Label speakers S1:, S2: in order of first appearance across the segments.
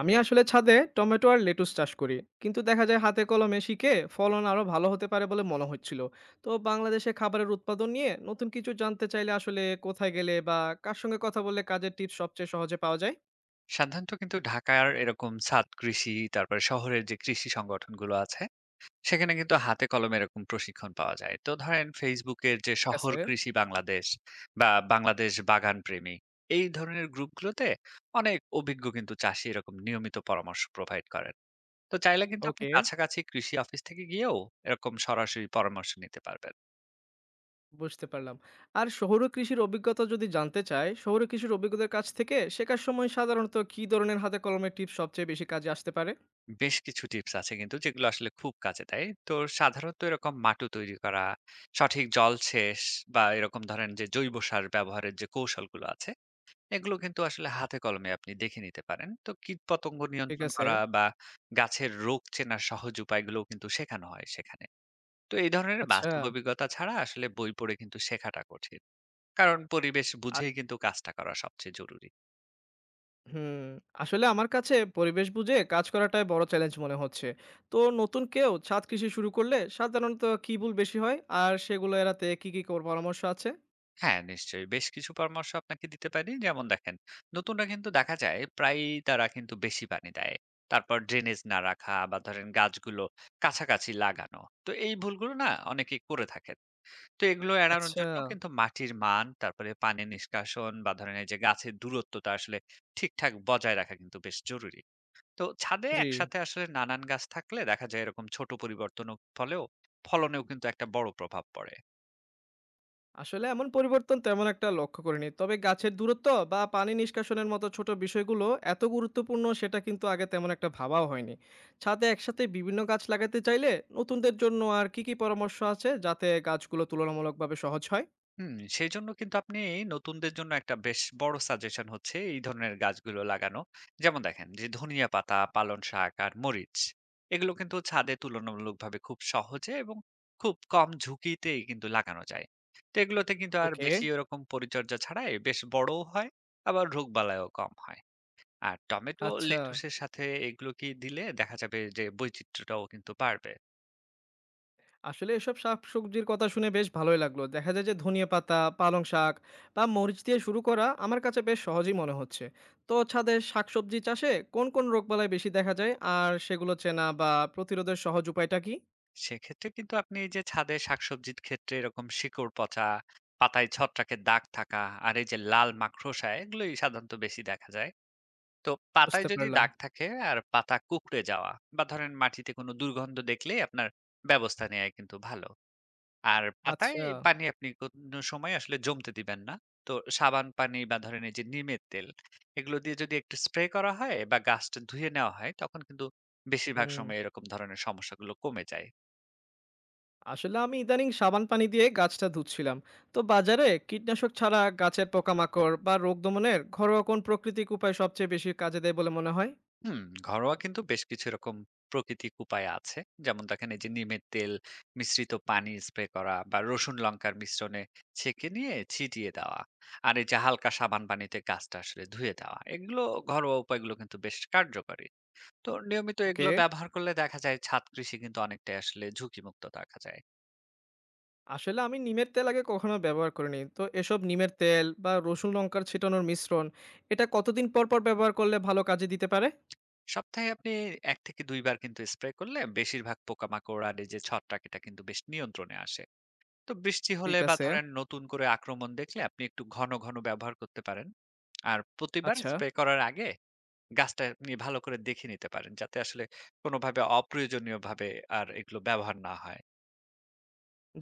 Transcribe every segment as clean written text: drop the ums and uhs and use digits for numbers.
S1: আমি আসলে ছাদে টমেটো আর লেটুস চাষ করি, কিন্তু দেখা যায় হাতে কলমে শিখে ফলন আরো ভালো হতে পারে বলে মনে হচ্ছিল। তো বাংলাদেশে খাবারের উৎপাদন নিয়ে নতুন কিছু জানতে চাইলে আসলে কোথায় গেলে বা কার সঙ্গে কথা বললে কাজের টিপস সবচেয়ে সহজে পাওয়া যায়?
S2: সাধারণত কিন্তু ঢাকার এরকম ছাদ কৃষি, তারপরে শহরের যে কৃষি সংগঠনগুলো আছে সেখানে কিন্তু হাতে কলমে এরকম প্রশিক্ষণ পাওয়া যায়। তো ধরেন ফেসবুকের যে
S1: ঠিক
S2: শহর
S1: আছে।
S2: কৃষি বাংলাদেশ বা বাংলাদেশ বাগান প্রেমী, এই ধরনের গ্রুপগুলোতে অনেক অভিজ্ঞ কিন্তু চাষি এরকম নিয়মিত পরামর্শ প্রোভাইড করেন। তো চাইলে কিন্তু আপনি
S1: ওকে।
S2: কাছাকাছি কৃষি অফিস থেকে গিয়েও এরকম সরাসরি পরামর্শ নিতে পারবেন।
S1: বুঝতে পারলাম। আর শহুরে কৃষির অভিজ্ঞতা যদি জানতে চাই, শহুরে কৃষির অভিজ্ঞতার কাছ থেকে শেখার সময় সাধারণত কী ধরনের হাতে কলমে টিপস সবচেয়ে বেশি কাজে আসতে পারে?
S2: বেশ কিছু টিপস আছে কিন্তু যেগুলো আসলে খুব কাজে দেয়। তো সাধারণত এরকম মাটু তৈরি করা, সঠিক জলসেচ বা এরকম ধরেন যে জৈব সার ব্যবহারের যে কৌশলগুলো আছে, এগুলো কিন্তু আসলে হাতে কলমে আপনি দেখে নিতে পারেন। তো কীট পতঙ্গ
S1: ঠিক
S2: নিয়ন্ত্রণ
S1: আছে।
S2: করা বা গাছের রোগ চেনার সহজ উপায়গুলোও কিন্তু শেখানো হয় সেখানে। তো এই ধরনের
S1: আচ্ছা।
S2: বাস্তব অভিজ্ঞতা ছাড়া আসলে বই পড়ে কিন্তু শেখাটা কঠিন, কারণ পরিবেশ বুঝেই কিন্তু কাজটা করা সবচেয়ে জরুরি।
S1: হুম, আসলে আমার কাছে পরিবেশ বুঝে কাজ করাটাই বড় চ্যালেঞ্জ মনে হচ্ছে। তো নতুন কেউ ছাদ কৃষি শুরু করলে সাধারণত কি ভুল বেশি হয়, আর সেগুলো এড়াতে কি কি পরামর্শ আছে?
S2: হ্যাঁ, নিশ্চয়ই। বেশ কিছু পরামর্শ আপনাকে দিতে পারি। যেমন দেখেন, নতুনরা কিন্তু দেখা যায় প্রায়ই তারা কিন্তু বেশি পানি দেয়। তারপর ড্রেনেজ না রাখা বা ধরেন গাছগুলো কাছাকাছি লাগানো। তো এই ভুলগুলো না অনেকেই করে থাকেন। তো এগুলো এড়ানোর
S1: আচ্ছা।
S2: জন্য কিন্তু মাটির মান, তারপরে পানি নিষ্কাশন বা ধরেন এই যে গাছের দূরত্বটা আসলে ঠিকঠাক বজায় রাখা কিন্তু বেশ জরুরি। তো ছাদে
S1: জি।
S2: একসাথে আসলে নানান গাছ থাকলে দেখা যায় এরকম ছোট পরিবর্তনের ফলেও ফলনেও কিন্তু একটা বড় প্রভাব পড়ে।
S1: আসলে এমন পরিবর্তন তেমন একটা লক্ষ্য করিনি, তবে গাছের দূরত্ব বা পানি নিষ্কাশনের মতো ছোট বিষয়গুলো এত গুরুত্বপূর্ণ সেটা কিন্তু আগে তেমন একটা ভাবাও হয়নি। ছাদে একসাথে বিভিন্ন গাছ লাগাতে চাইলে নতুনদের জন্য আর কি কি পরামর্শ আছে যাতে গাছগুলো তুলনামূলকভাবে সহজ হয়?
S2: সেইজন্য কিন্তু আপনি নতুনদের জন্য একটা বেশ বড় সাজেশন হচ্ছে এই ধরনের গাছগুলো লাগানো। যেমন দেখেন যে ধনিয়া পাতা, পালং শাক আর মরিচ। এগুলো কিন্তু ছাদে তুলনামূলকভাবে খুব সহজে এবং খুব কম ঝুঁকিতেই কিন্তু লাগানো যায়। তো এগুলোতে কিন্তু আর
S1: ওকে।
S2: বেশি ওরকম পরিচর্যা ছাড়াই বেশ বড়ও হয়, আবার রোগবালাইও কম হয়। আর টমেটো,
S1: আচ্ছা।
S2: লেটুসের সাথে এগুলো কি দিলে দেখা যাবে যে বৈচিত্র্যটাও কিন্তু বাড়বে।
S1: আসলে এসব শাকসবজির কথা শুনে বেশ ভালোই লাগলো। দেখা যায় যে ধনিয়া পাতা, পালং শাক বা মরিচ দিয়ে শুরু করা আমার কাছে বেশ সহজই মনে হচ্ছে। তো ছাদে শাকসবজি চাষে কোন কোন রোগবালাই বেশি দেখা যায়, আর সেগুলো চেনা বা প্রতিরোধের সহজ উপায়টা কি?
S2: সেক্ষেত্রে কিন্তু আপনি এই যে ছাদে শাকসবজির ক্ষেত্রে এরকম শিকড় পচা, পাতায় ছত্রাকের দাগ থাকা আর এই যে লাল মাকড়সা, এগুলোই সাধারণত বেশি দেখা যায়। তো পাতায়
S1: বুঝতে
S2: যদি
S1: পারলাম।
S2: দাগ থাকে আর পাতা কুঁকড়ে যাওয়া বা ধরেন মাটিতে কোনো দুর্গন্ধ দেখলে আপনার ব্যবস্থা নেওয়া কিন্তু ভালো। আর পাতায়
S1: আচ্ছা।
S2: পানি আপনি কোনো সময় আসলে জমতে দিবেন না। তো সাবান পানি বা ধরেন এই যে নিমের তেল, এগুলো দিয়ে যদি একটু স্প্রে করা হয় বা গাছটা ধুয়ে নেওয়া হয়, তখন কিন্তু বেশিরভাগ
S1: হুম।
S2: সময় এরকম ধরনের সমস্যাগুলো কমে যায়।
S1: আসলে আমি ইদানিং সাবান পানি দিয়ে গাছটা ধুচ্ছিলাম। তো বাজারে কীটনাশক ছাড়া গাছের পোকামাকড় বা রোগ দমনের ঘরোয়া কোন প্রাকৃতিক উপায় সবচেয়ে বেশি কাজে দেয় বলে মনে হয়?
S2: হুম, ঘরোয়া কিন্তু বেশ কিছু এরকম প্রাকৃতিক উপায় আছে। যেমন দেখেন এই যে নিমের তেল মিশ্রিত পানি স্প্রে করা বা রসুন লঙ্কার মিশ্রণে ছেঁকে নিয়ে ছিটিয়ে দেওয়া। আর এই যে হালকা সাবান পানিতে গাছটা আসলে ধুয়ে দেওয়া। এগুলো ঘরোয়া উপায়গুলো কিন্তু বেশ কার্যকরী। তো নিয়মিত
S1: ওকে।
S2: এগুলো ব্যবহার করলে দেখা যায় ছাদ কৃষি কিন্তু অনেকটাই আসলে ঝুঁকিমুক্ত রাখা যায়।
S1: আসলে আমি নিমের তেল আগে কখনো ব্যবহার করিনি। তো এসব নিমের তেল বা রসুন লঙ্কার ছিটানোর মিশ্রণ এটা কতদিন পর পর ব্যবহার করলে ভালো কাজে দিতে পারে?
S2: সপ্তাহে আপনি ১ থেকে ২ বার কিন্তু স্প্রে করলে বেশিরভাগ পোকামাকড় আর এই যে ছত্রাক, এটা কিন্তু বেশ নিয়ন্ত্রণে আসে। তো বৃষ্টি হলে
S1: ঠিক
S2: বা
S1: আছে।
S2: ধরেন নতুন করে আক্রমণ দেখলে আপনি একটু ঘন ঘন ব্যবহার করতে পারেন। আর প্রতিবার
S1: আচ্ছা।
S2: স্প্রে করার আগে গাছটা আপনি ভালো করে দেখে নিতে পারেন, যাতে আসলে কোনোভাবে অপ্রয়োজনীয় ভাবে আর এগুলো ব্যবহার না হয়।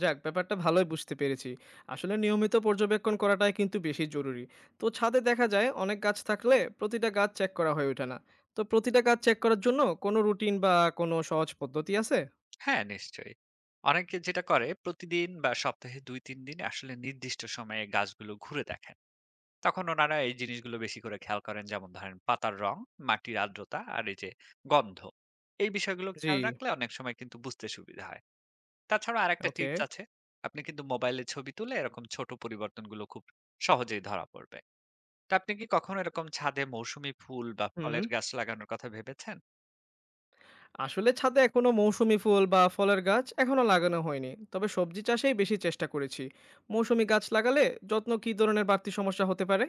S1: যাক, ব্যাপারটা ভালোই বুঝতে পেরেছি। আসলে নিয়মিত পর্যবেক্ষণ করাটাই কিন্তু বেশি জরুরি। তো ছাদে দেখা যায় অনেক গাছ থাকলে প্রতিটা গাছ চেক করা হয়ে ওঠে না। তো প্রতিটা গাছ চেক করার জন্য কোনো রুটিন বা কোনো সহজ পদ্ধতি আছে?
S2: হ্যাঁ, নিশ্চয়ই। অনেকে যেটা করে প্রতিদিন বা সপ্তাহে দুই তিন দিন আসলে নির্দিষ্ট সময়ে গাছগুলো ঘুরে দেখেন। তখন ওনারা এই জিনিসগুলো বেশি করে খেয়াল করেন, যেমন ধরেন পাতার রং, মাটির আর্দ্রতা আর এই যে গন্ধ। এই বিষয়গুলো
S1: জি।
S2: খেয়াল রাখলে অনেক সময় কিন্তু বুঝতে সুবিধা হয়। তাছাড়া আরেকটা
S1: ওকে।
S2: টিপস আছে। আপনি কিন্তু মোবাইলে ছবি তুলে এরকম ছোট পরিবর্তনগুলো খুব সহজেই ধরা পড়বে। তো আপনি কি কখনো এরকম ছাদে মৌসুমী ফুল বা
S1: হুম।
S2: ফলের গাছ লাগানোর কথা ভেবেছেন?
S1: আসলে ছাদে এখনো মৌসুমী ফুল বা ফলের গাছ এখনো লাগানো হয়নি, তবে সবজি চাষেই বেশি চেষ্টা করেছি। মৌসুমী গাছ লাগালে যত্ন কী ধরনের বাড়তি সমস্যা হতে পারে?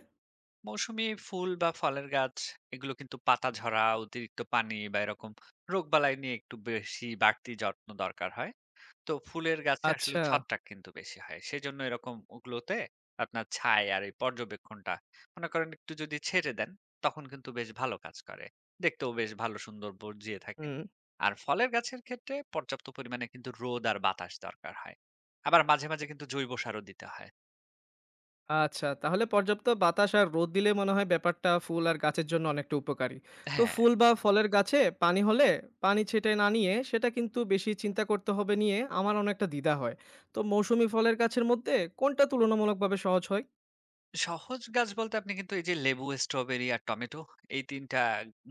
S2: মৌসুমী ফুল বা ফলের গাছ এগুলো কিন্তু পাতা ঝরা, অতিরিক্ত পানি বা এরকম রোগবালাই নিয়ে একটু বেশি বাড়তি যত্ন দরকার হয়। তো ফুলের গাছে আসলে
S1: আচ্ছা।
S2: ছাদটা কিন্তু বেশি হয়। সেজন্য এরকম ওগুলোতে আপনার ছায়া আর এই পর্যবেক্ষণটা মনে করেন একটু যদি ছেড়ে দেন, তখন কিন্তু বেশ ভালো কাজ করে। দেখতেও বেশ ভালো সুন্দর বর্জিয়ে থাকে।
S1: হুম।
S2: আর ফলের গাছের ক্ষেত্রে পর্যাপ্ত পরিমাণে কিন্তু রোদ আর বাতাস দরকার হয়। আবার মাঝে, মাঝে কিন্তু জৈব সারও দিতে হয়।
S1: আচ্ছা, তাহলে পর্যাপ্ত বাতাস আর রোদ দিলে মনে হয় ব্যাপারটা ফুল আর গাছের জন্য অনেকটা উপকারী। তো
S2: হ্যাঁ।
S1: ফুল বা ফলের গাছে পানি হলে পানি ছেটাই না নিয়ে সেটা কিন্তু বেশি চিন্তা করতে হবে নিয়ে আমার অনেকটা দ্বিধা হয়। তো মৌসুমী ফলের গাছের মধ্যে কোনটা তুলনামূলকভাবে সহজ হয়?
S2: সহজ গাছ বলতে আপনি কিন্তু এই যে লেবু, স্ট্রবেরি আর টমেটো, এই ৩ টা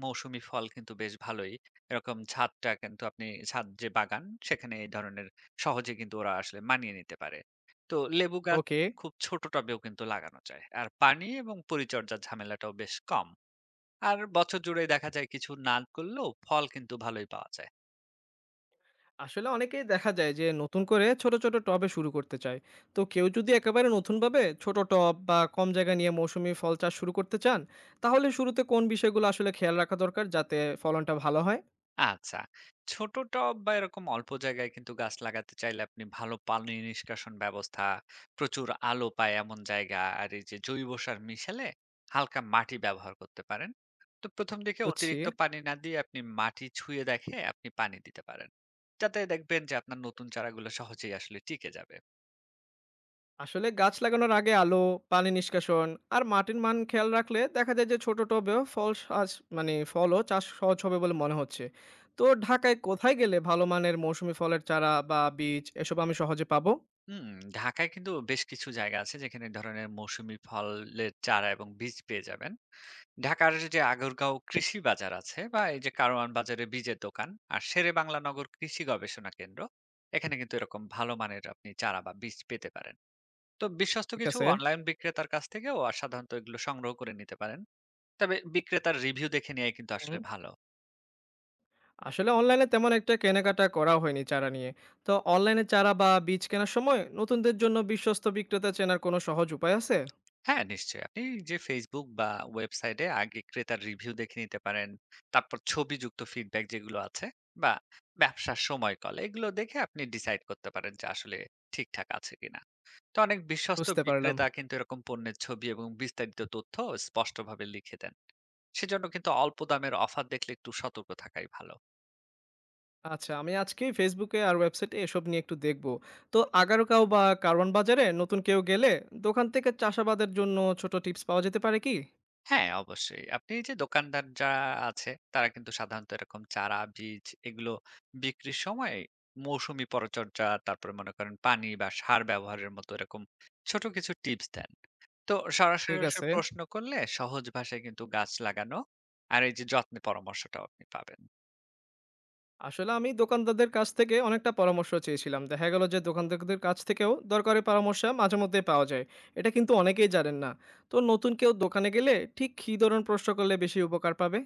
S2: মৌসুমী ফল কিন্তু বেশ ভালোই। এরকম ছাদটা কিন্তু আপনি ছাদ যে বাগান, সেখানে এই ধরনের সহজে কিন্তু ওরা আসলে মানিয়ে নিতে পারে। তো লেবু গাছ
S1: ওকে।
S2: খুব ছোট টবেও কিন্তু লাগানো যায়। আর পানি এবং পরিচর্যার ঝামেলাটাও বেশ কম। আর বছর জুড়েই দেখা যায় কিছু না করলেও ফল কিন্তু ভালোই পাওয়া যায়।
S1: আসলে অনেকেই দেখা যায় যে নতুন করে ছোট ছোট টবে শুরু করতে চায়। তো কেউ যদি একেবারে নতুনভাবে ছোট টব বা কম জায়গা নিয়ে মৌসুমি ফল চাষ শুরু করতে চান, তাহলে শুরুতে কোন বিষয়গুলো আসলে খেয়াল রাখা দরকার যাতে ফলনটা ভালো হয়?
S2: আচ্ছা। ছোট টব বা এরকম অল্প জায়গায় কিন্তু গাছ লাগাতে চাইলে আপনি ভালো পানি নিষ্কাশন ব্যবস্থা, প্রচুর আলো পায় এমন জায়গা আর এই যে জৈব সার মিশালে হালকা মাটি ব্যবহার করতে পারেন। তো ১ম দিকে
S1: বুঝছি।
S2: অতিরিক্ত পানি না দিয়ে আপনি মাটি ছুঁয়ে দেখে আপনি পানি দিতে পারেন। যাতে দেখবেন যে আপনার নতুন চারাগুলো সহজেই আসলে টিকে যাবে।
S1: আসলে গাছ লাগানোর আগে আলো, পানি নিষ্কাশন আর মাটির মান খেয়াল রাখলে দেখা যায় যে ছোট টবেও ফল চাষ, মানে ফলও চাষ সহজ হবে বলে মনে হচ্ছে। তো ঢাকায় কোথায় গেলে ভালো মানের মৌসুমি ফলের চারা বা বীজ এসব আমি সহজে পাবো?
S2: হুম, ঢাকায় কিন্তু বেশ কিছু জায়গা আছে যেখানে এ ধরনের মৌসুমী ফলের চারা এবং বীজ পেয়ে যাবেন। ঢাকার যে আগারগাঁও কৃষি বাজার আছে বা এই যে কারওয়ান বাজারে বীজের দোকান আর শেরে বাংলা নগর কৃষি গবেষণা কেন্দ্র, এখানে কিন্তু এরকম ভালো মানের আপনি চারা বা বীজ পেতে পারেন। তো বিশ্বস্ত
S1: ঠিক
S2: কিছু
S1: আছে।
S2: অনলাইন বিক্রেতার কাছ থেকেও আর সাধারণত এগুলো সংগ্রহ করে নিতে পারেন, তবে বিক্রেতার রিভিউ দেখে নেওয়াই কিন্তু
S1: হুম।
S2: আসলে ভালো।
S1: আসলে অনলাইনে তেমন একটা কেনাকাটা করা হয়নি চারা নিয়ে। তো অনলাইনে চারা বা বীজ কেনার সময় নতুনদের জন্য বিশ্বস্ত বিক্রেতা চেনার কোনো সহজ উপায় আছে?
S2: হ্যাঁ, নিশ্চয়ই। আপনি যে Facebook বা ওয়েবসাইটে আগে ক্রেতার রিভিউ দেখে নিতে পারেন। তারপর ছবিযুক্ত ফিডব্যাক যেগুলো আছে বা ব্যবসার সময়কাল, এগুলো দেখে আপনি ডিসাইড করতে পারেন যে আসলে ঠিকঠাক আছে কিনা। তো অনেক বিশ্বস্ত
S1: বুঝতে পারলাম।
S2: বিক্রেতা কিন্তু এরকম পণ্যের ছবি এবং বিস্তারিত তথ্য স্পষ্টভাবে লিখে দেন। সেজন্য কিন্তু অল্প দামের অফার দেখলে একটু সতর্ক থাকাই ভালো।
S1: আচ্ছা, আমি আজকেই Facebook এ আর ওয়েবসাইটে এসব নিয়ে একটু দেখব। তো আগারকাও বা কারওয়ান বাজারে নতুন কেউ গেলে দোকান থেকে চাষাবাদের জন্য ছোট টিপস পাওয়া যেতে পারে কি?
S2: হ্যাঁ, অবশ্যই। আপনি এই যে দোকানদার যারা আছে, তারা কিন্তু সাধারণত এরকম চারা, বীজ এগুলো বিক্রির সময় মৌসুমি পরিচর্যা, তারপরে মনে করেন পানি বা সার ব্যবহারের মতো এরকম ছোট কিছু টিপস দেন। তো সরাসরি
S1: ঠিক
S2: আসলে
S1: আছে।
S2: প্রশ্ন করলে সহজ ভাষায় কিন্তু গাছ লাগানো আর এই যে যত্নে পরামর্শটাও আপনি পাবেন।
S1: আসলে আমি দোকানদারদের কাছ থেকে অনেকটা পরামর্শ চেয়েছিলাম। দেখা গেল যে দোকানদারদের কাছ থেকেও দরকারি পরামর্শ মাঝে মধ্যেই পাওয়া যায়। এটা কিন্তু অনেকেই জানেন না। তো নতুন কেউ দোকানে গেলে ঠিক কী ধরনের প্রশ্ন করলে বেশি উপকার পাবে?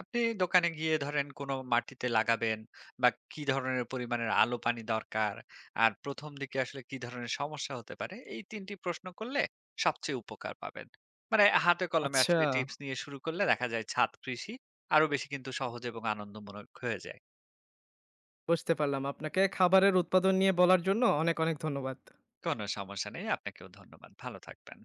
S2: আপনি দোকানে গিয়ে ধরেন কোনো মাটিতে লাগাবেন বা কি ধরনের পরিমাণের আলো পানি দরকার আর প্রথম দিকে আসলে কি ধরনের সমস্যা হতে পারে, এই তিনটি প্রশ্ন করলে সবচেয়ে উপকার পাবেন। মানে হাতে কলমে
S1: আচ্ছা,
S2: আসলে টিপস নিয়ে শুরু করলে দেখা যায় ছাদ কৃষি আরো বেশি কিন্তু সহজ এবং আনন্দমূলক হয়ে যায়।
S1: বুঝতে পারলাম। আপনাকে খাবারের উৎপাদন নিয়ে বলার জন্য অনেক, অনেক ধন্যবাদ।
S2: কোনো সমস্যা নেই, আপনাকেও ধন্যবাদ। ভালো থাকবেন।